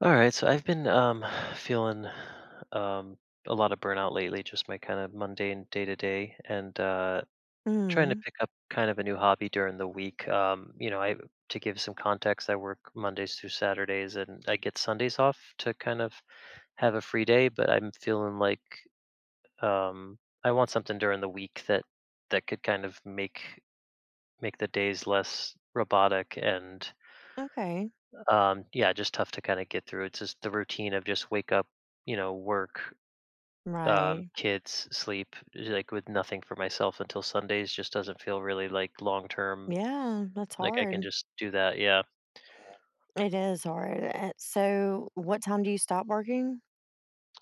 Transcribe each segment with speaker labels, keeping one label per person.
Speaker 1: All right, so I've been feeling um, a lot of burnout lately, just my kind of mundane day to day, and trying to
Speaker 2: Mm,
Speaker 1: pick up kind of a new hobby during the week. You know, I To give some context, I work Mondays through Saturdays, and I get Sundays off to kind of have a free day. But I'm feeling like I want something during the week that could kind of make the days less robotic and,
Speaker 2: okay.
Speaker 1: yeah, just tough to kind of get through. It's just the routine of just wake up, work,
Speaker 2: Right.
Speaker 1: kids, sleep, like with nothing for myself until Sundays. Just doesn't feel really like long term.
Speaker 2: Yeah, that's
Speaker 1: Like I can
Speaker 2: hard.
Speaker 1: just do that. Yeah.
Speaker 2: It is hard. So, what time do you stop working?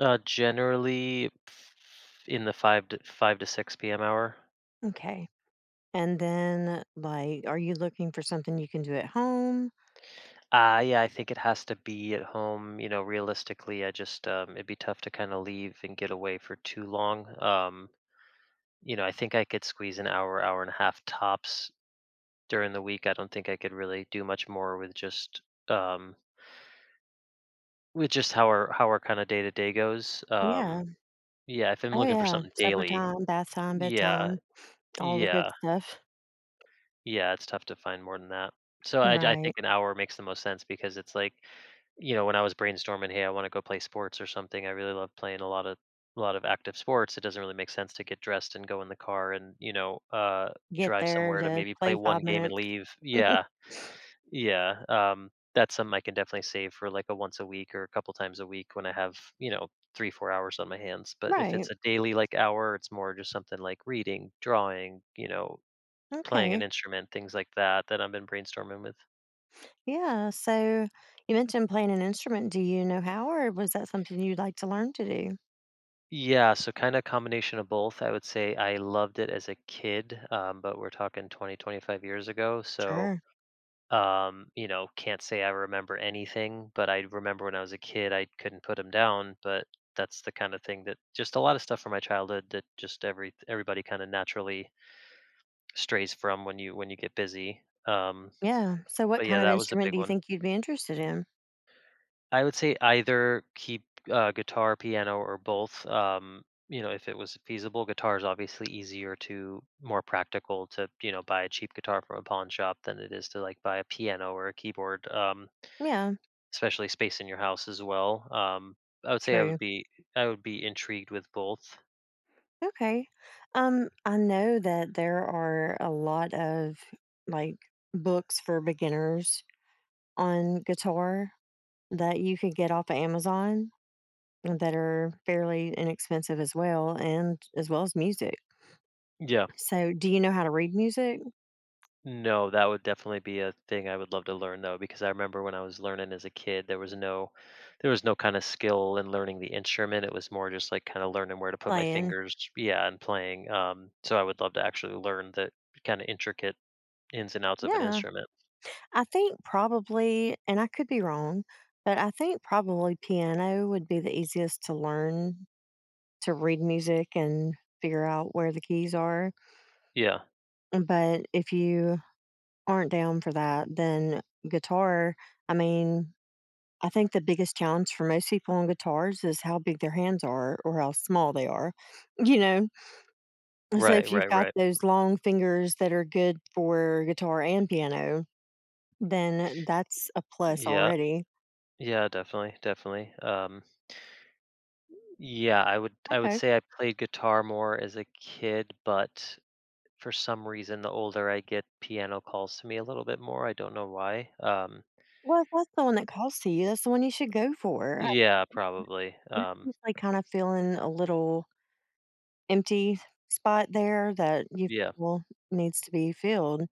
Speaker 1: Generally, in the five to six p.m. hour.
Speaker 2: Okay. And then, like, are you looking for something you can do at home?
Speaker 1: Yeah, I think it has to be at home. You know, realistically, I just it'd be tough to kind of leave and get away for too long. You know, I think I could squeeze an hour, hour and a half tops during the week. I don't think I could really do much more with um just how our kinda day to day goes,
Speaker 2: Yeah.
Speaker 1: yeah, if I'm
Speaker 2: Oh,
Speaker 1: looking for
Speaker 2: yeah.
Speaker 1: something
Speaker 2: Supper
Speaker 1: daily.
Speaker 2: time, bath time,
Speaker 1: Yeah,
Speaker 2: bedtime, all the good
Speaker 1: yeah,
Speaker 2: stuff.
Speaker 1: yeah, it's tough to find more than that. So I think
Speaker 2: Right.
Speaker 1: an hour makes the most sense because it's like, you know, when I was brainstorming, "Hey, I wanna go play sports or something," I really love playing a lot of active sports. It doesn't really make sense to get dressed and go in the car and, you know,
Speaker 2: Get
Speaker 1: drive
Speaker 2: there
Speaker 1: somewhere to
Speaker 2: to
Speaker 1: maybe play
Speaker 2: play
Speaker 1: one
Speaker 2: five
Speaker 1: game and
Speaker 2: minutes.
Speaker 1: leave. Yeah. Yeah, that's something I can definitely save for like a once a week or a couple times a week when I have, you know, 3, 4 hours on my hands. But if
Speaker 2: Right.
Speaker 1: it's a daily like hour, it's more just something like reading, drawing, you know, playing an
Speaker 2: Okay.
Speaker 1: instrument, things like that that I've been brainstorming with.
Speaker 2: Yeah. So, you mentioned playing an instrument. Do you know how, or was that something you'd like to learn to do?
Speaker 1: Yeah, so kind of combination of both. I would say I loved it as a kid, but we're talking 20 to 25 years ago. So
Speaker 2: Sure.
Speaker 1: Um, you know, can't say I remember anything, but I remember when I was a kid, I couldn't put him down. But that's the kind of thing, that just a lot of stuff from my childhood that just everybody kind of naturally strays from when you get busy.
Speaker 2: Yeah. So what
Speaker 1: But yeah,
Speaker 2: kind of
Speaker 1: that was a
Speaker 2: instrument
Speaker 1: big
Speaker 2: do you
Speaker 1: one.
Speaker 2: think you'd be interested in?
Speaker 1: I would say either keep guitar, piano, or both. You know, if it was feasible, guitar is obviously easier to more practical to, buy a cheap guitar from a pawn shop than it is to like buy a piano or a keyboard.
Speaker 2: Yeah,
Speaker 1: Especially space in your house as well. I would say
Speaker 2: true.
Speaker 1: I would be intrigued with both.
Speaker 2: Okay. I know that there are a lot of like books for beginners on guitar that you could get off of Amazon that are fairly inexpensive as well and as well as music.
Speaker 1: Yeah.
Speaker 2: So do you know how to read music?
Speaker 1: No, that would definitely be a thing I would love to learn though, because I remember when I was learning as a kid, there was no kind of skill in learning the instrument. It was more just like kind of learning where to put my
Speaker 2: Playing.
Speaker 1: fingers, yeah, and playing. So I would love to actually learn the kind of intricate ins and outs of an
Speaker 2: Yeah.
Speaker 1: instrument.
Speaker 2: I think probably and I could be wrong, but I think probably piano would be the easiest to learn to read music and figure out where the keys are.
Speaker 1: Yeah.
Speaker 2: But if you aren't down for that, then guitar, I mean, I think the biggest challenge for most people on guitars is how big their hands are or how small they are, you know? So
Speaker 1: Right,
Speaker 2: if
Speaker 1: right,
Speaker 2: you've got
Speaker 1: right.
Speaker 2: those long fingers that are good for guitar and piano, then that's a plus
Speaker 1: Yeah.
Speaker 2: already.
Speaker 1: Yeah, definitely, definitely. Yeah, I would
Speaker 2: Okay.
Speaker 1: say I played guitar more as a kid, but for some reason the older I get, piano calls to me a little bit more. I don't know why.
Speaker 2: Well, if that's the one that calls to you, that's the one you should go for.
Speaker 1: Yeah, probably.
Speaker 2: You're like kind of feeling a little empty spot there that you
Speaker 1: Yeah.
Speaker 2: feel needs to be filled.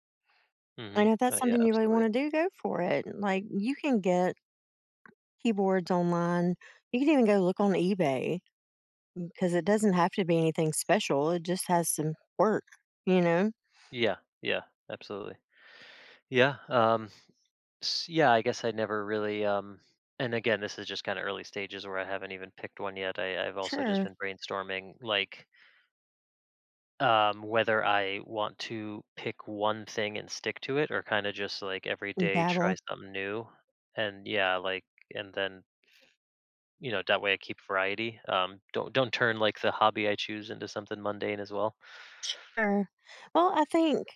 Speaker 1: Mhm.
Speaker 2: And if that's
Speaker 1: Yeah,
Speaker 2: something you really
Speaker 1: absolutely.
Speaker 2: want to do, go for it. Like you can get keyboards online. You can even go look on eBay because it doesn't have to be anything special. It just has some work, you know?
Speaker 1: Yeah, yeah, absolutely. Yeah, yeah, I guess I never really and again, this is just kind of early stages where I haven't even picked one yet. I've also just
Speaker 2: Sure.
Speaker 1: been brainstorming like, whether I want to pick one thing and stick to it or kinda just, like, every day try
Speaker 2: Dabble.
Speaker 1: something new, and yeah, like, and then, you know, that way I keep variety. Don't, turn, like, the hobby I choose into something mundane as well.
Speaker 2: Sure. Well, I think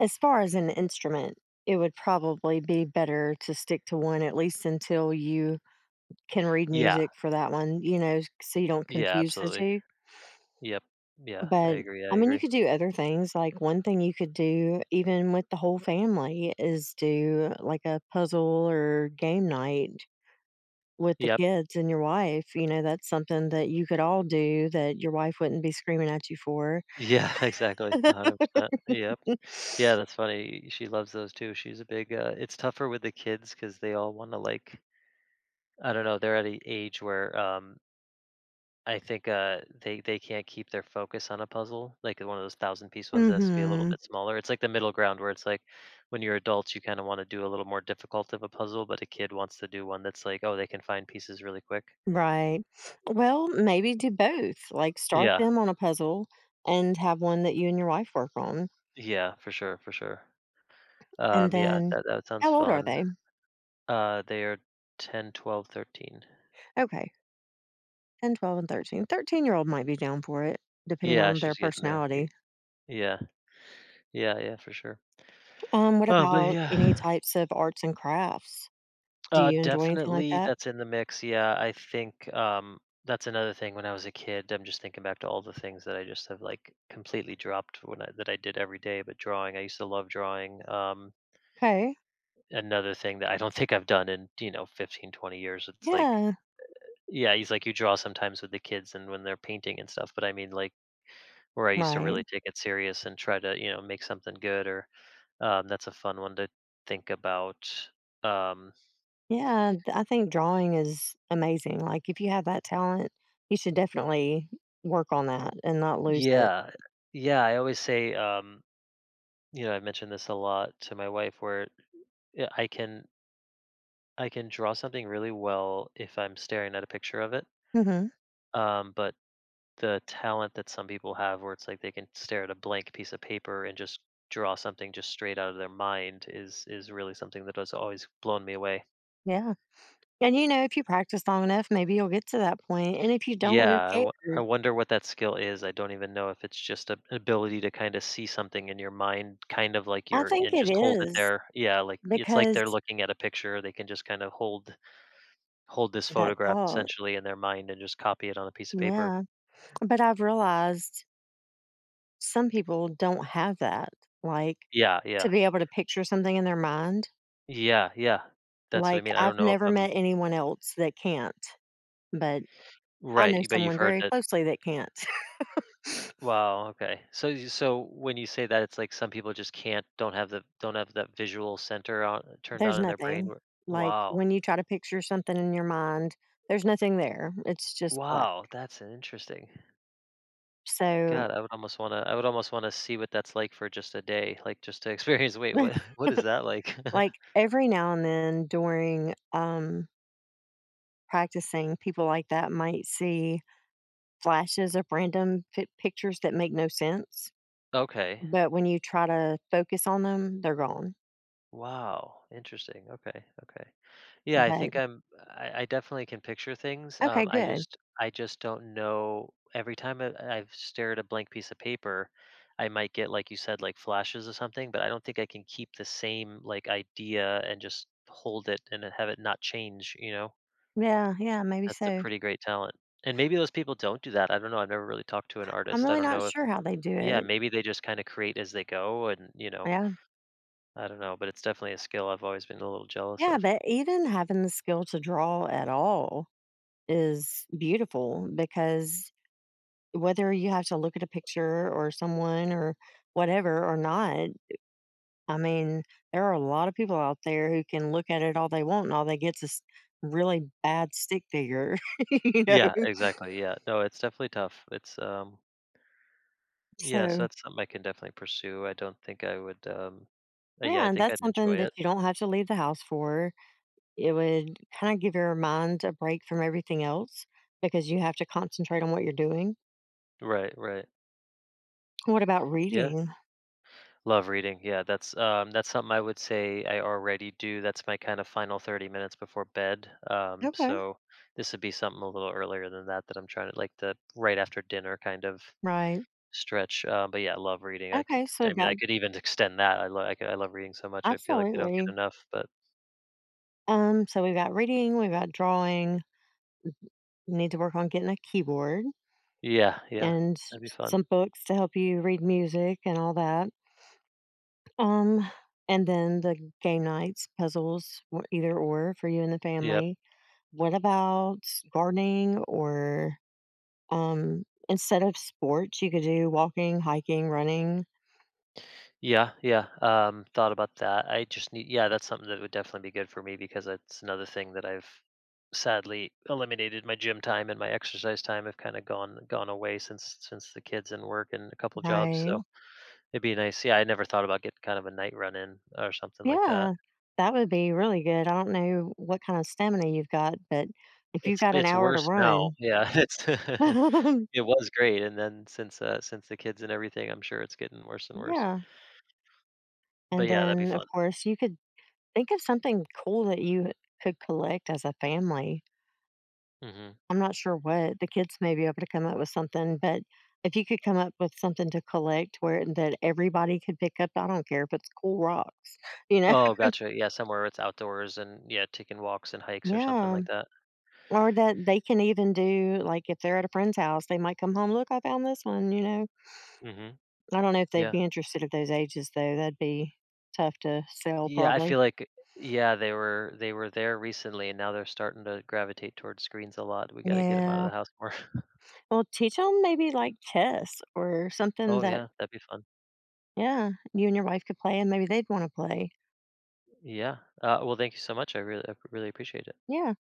Speaker 2: as far as an instrument, it would probably be better to stick to one at least until you can read
Speaker 1: Yeah.
Speaker 2: music for that one, you know, so you don't
Speaker 1: Yeah,
Speaker 2: confuse the
Speaker 1: absolutely.
Speaker 2: two.
Speaker 1: Yep. Yeah, I
Speaker 2: But
Speaker 1: agree, I
Speaker 2: I mean, you
Speaker 1: agree.
Speaker 2: could do other things. Like one thing you could do, even with the whole family, is do like a puzzle or game night with the
Speaker 1: Yep.
Speaker 2: kids and your wife. You know, that's something that you could all do that your wife wouldn't be screaming at you for.
Speaker 1: Yeah, exactly, 100%. Yep. Yeah, that's funny, she loves those too. It's tougher with the kids because they all wanna, like, I don't know, they're at an age where, I think, they can't keep their focus on a puzzle, like one of those thousand-piece ones. That has to be a little
Speaker 2: Mm-hmm.
Speaker 1: bit smaller. It's like the middle ground where it's like, when you're adults, you kinda wanna do a little more difficult of a puzzle, but a kid wants to do one that's like, oh, they can find pieces really quick.
Speaker 2: Right. Well, maybe do both. Like start
Speaker 1: Yeah.
Speaker 2: them on a puzzle and have one that you and your wife work on.
Speaker 1: Yeah, for sure, for sure.
Speaker 2: And
Speaker 1: Yeah,
Speaker 2: then
Speaker 1: that sounds
Speaker 2: how old are
Speaker 1: fun.
Speaker 2: they?
Speaker 1: They are 10, 12, 13.
Speaker 2: Okay. 10, 12, and 13. 13-year-old might be down for it, depending
Speaker 1: Yeah,
Speaker 2: on their
Speaker 1: she's getting there. Y
Speaker 2: personality.
Speaker 1: Yeah. Yeah, yeah, for sure.
Speaker 2: What
Speaker 1: Oh, but
Speaker 2: about any
Speaker 1: yeah.
Speaker 2: types of arts and crafts? Do you enjoy anything like
Speaker 1: Definitely
Speaker 2: that?
Speaker 1: that's in the mix, yeah, I think. That's another thing. When I was a kid, I'm just thinking back to all the things that I just have, like, completely dropped. When I That I did every day. But drawing, I used to love drawing.
Speaker 2: Okay.
Speaker 1: Another thing that I don't think I've done in, you know, 15, 20 years. It's like,
Speaker 2: Yeah.
Speaker 1: yeah, he's like, you draw sometimes with the kids and when they're painting and stuff, but I mean, like, where I used to
Speaker 2: Right.
Speaker 1: really take it serious and try to, you know, make something good. Or, that's a fun one to think about. um,
Speaker 2: Yeah. I think drawing is amazing. Like, if you have that talent, you should definitely work on that and not lose it.
Speaker 1: yeah, yeah, I always say, you know, I mentioned this a lot to my wife, where yeah, I can draw something really well if I'm staring at a picture of it.
Speaker 2: Hmm.
Speaker 1: But the talent that some people have where it's like they can stare at a blank piece of paper and just draw something just straight out of their mind is really something that has always blown me away.
Speaker 2: Yeah. And, you know, if you practice long enough, maybe you'll get to that point. And if you don't, who
Speaker 1: Yeah, I
Speaker 2: cares?
Speaker 1: wonder what that skill is. I don't even know if it's just an ability to kind of see something in your mind, kind of like
Speaker 2: I
Speaker 1: you're
Speaker 2: think
Speaker 1: and
Speaker 2: it
Speaker 1: just hold it
Speaker 2: is
Speaker 1: there. Yeah, like it's like
Speaker 2: because
Speaker 1: they're looking at a picture. They can just kind of hold this
Speaker 2: that
Speaker 1: photograph
Speaker 2: thought.
Speaker 1: essentially in their mind and just copy it on a piece of paper.
Speaker 2: Yeah. But I've realized some people don't have that. Like,
Speaker 1: Yeah,
Speaker 2: to
Speaker 1: yeah.
Speaker 2: be able to picture something in their mind,
Speaker 1: Yeah, yeah. That's what I
Speaker 2: like,
Speaker 1: mean. I
Speaker 2: I've
Speaker 1: don't know if
Speaker 2: never
Speaker 1: I'm
Speaker 2: met anyone else that can't, but I
Speaker 1: right,
Speaker 2: know
Speaker 1: but you've
Speaker 2: someone
Speaker 1: heard
Speaker 2: very
Speaker 1: that.
Speaker 2: closely that can't.
Speaker 1: Wow, okay. So when you say that, it's like some people just can't don't have the don't have that visual center on turned
Speaker 2: There's
Speaker 1: on in their brain.
Speaker 2: nothing. Like,
Speaker 1: Wow.
Speaker 2: when you try to picture something in your mind, there's nothing there. It's just black.
Speaker 1: Wow, that's an interesting.
Speaker 2: So,
Speaker 1: God, I would almost want to, see what that's like for just a day, like just to experience. Wait, what what is that like?
Speaker 2: like, every now and then during, practicing, people like that might see flashes of random pictures that make no sense,
Speaker 1: Okay.
Speaker 2: but when you try to focus on them, they're gone.
Speaker 1: Wow, interesting. Okay, okay. Yeah,
Speaker 2: But
Speaker 1: I definitely can picture things.
Speaker 2: okay, good.
Speaker 1: I just don't know. Every time I've stared at a blank piece of paper, I might get, like you said, like flashes or something, but I don't think I can keep the same like idea and just hold it and then have it not change, you know?
Speaker 2: Yeah, yeah, maybe
Speaker 1: That's a
Speaker 2: so.
Speaker 1: pretty great talent. And maybe those people don't do that. I don't know. I've never really talked to an
Speaker 2: I'm
Speaker 1: artist. I
Speaker 2: really
Speaker 1: don't
Speaker 2: not
Speaker 1: know if,
Speaker 2: sure how they do
Speaker 1: yeah,
Speaker 2: it.
Speaker 1: maybe they just kind of create as they go and, you know,
Speaker 2: Yeah.
Speaker 1: I don't know, but it's definitely a skill I've always been a little jealous
Speaker 2: Yeah,
Speaker 1: of.
Speaker 2: but even having the skill to draw at all is beautiful because whether you have to look at a picture or someone or whatever or not, I mean, there are a lot of people out there who can look at it all they want and all they get's is really bad stick figure, you know?
Speaker 1: Yeah, exactly. Yeah. No, it's definitely tough. It's Yeah, so
Speaker 2: So,
Speaker 1: that's something I can definitely pursue. I don't think I would. Yeah, I
Speaker 2: yeah, and
Speaker 1: think I'd
Speaker 2: that's something
Speaker 1: enjoy
Speaker 2: that
Speaker 1: it.
Speaker 2: you don't have to leave the house for. It would kind of give your mind a break from everything else because you have to concentrate on what you're doing.
Speaker 1: Right, right.
Speaker 2: What about
Speaker 1: Yeah.
Speaker 2: reading?
Speaker 1: Love reading. Yeah, that's something I would say I already do. That's my kind of final 30 minutes before bed. Um
Speaker 2: Okay,
Speaker 1: so this would be something a little earlier than that, that I'm trying to, like, the right after dinner kind of
Speaker 2: right.
Speaker 1: stretch. But yeah, I love reading.
Speaker 2: Okay, so
Speaker 1: I
Speaker 2: we've
Speaker 1: mean, I
Speaker 2: got
Speaker 1: could even extend that. I love reading so much. I feel like I don't get
Speaker 2: absolutely.
Speaker 1: enough, but
Speaker 2: So we've got reading, we've got drawing. You need to work on getting a keyboard
Speaker 1: yeah, yeah.
Speaker 2: and
Speaker 1: That'd be fun.
Speaker 2: some books to help you read music and all that. Um, and then the game nights, puzzles, either or for you and the
Speaker 1: Yep.
Speaker 2: family. What about gardening or instead of sports, you could do walking, hiking, running.
Speaker 1: Yeah, yeah. Thought about that. I just need yeah, That's something that would definitely be good for me, because that's another thing that I've sadly eliminated. My gym time and my exercise time have kind of gone away since the kids and work and a couple jobs. So
Speaker 2: Right.
Speaker 1: it'd be nice. Yeah, I never thought about getting kind of a night run in or something like that.
Speaker 2: Yeah. That would be really good. I don't know what kind of stamina you've got, but if you've got an
Speaker 1: It's
Speaker 2: hour to
Speaker 1: worse now.
Speaker 2: run,
Speaker 1: Yeah, it's it was great, and then since the kids and everything, I'm sure it's getting worse and worse.
Speaker 2: yeah.
Speaker 1: But
Speaker 2: And
Speaker 1: yeah, that'd be
Speaker 2: then, of
Speaker 1: fun.
Speaker 2: course, you could think of something cool that you could collect as a family.
Speaker 1: Mhm.
Speaker 2: I'm not sure what the kids may be able to come up with something, but if you could come up with something to collect where that everybody could pick up, I don't care if it's cool rocks, you know?
Speaker 1: Oh, gotcha. Yeah, somewhere it's outdoors and yeah, taking walks and hikes or something
Speaker 2: Yeah.
Speaker 1: like that.
Speaker 2: Or that they can even do like, if they're at a friend's house, they might come home, "Look, I found this one," you know?
Speaker 1: Hmm.
Speaker 2: I don't know if they'd
Speaker 1: Yeah.
Speaker 2: be interested at those ages, though, that'd be tough to sell
Speaker 1: Yeah, I feel
Speaker 2: probably.
Speaker 1: like yeah, they were there recently and now they're starting to gravitate towards screens a lot. We got to get them out of
Speaker 2: Yeah.
Speaker 1: the house more.
Speaker 2: Well, teach them maybe, like, chess or something
Speaker 1: Oh
Speaker 2: that
Speaker 1: yeah, that'd be fun.
Speaker 2: yeah, you and your wife could play, and maybe they'd wanna play.
Speaker 1: Yeah. Well, thank you so much. I really appreciate it.
Speaker 2: Yeah.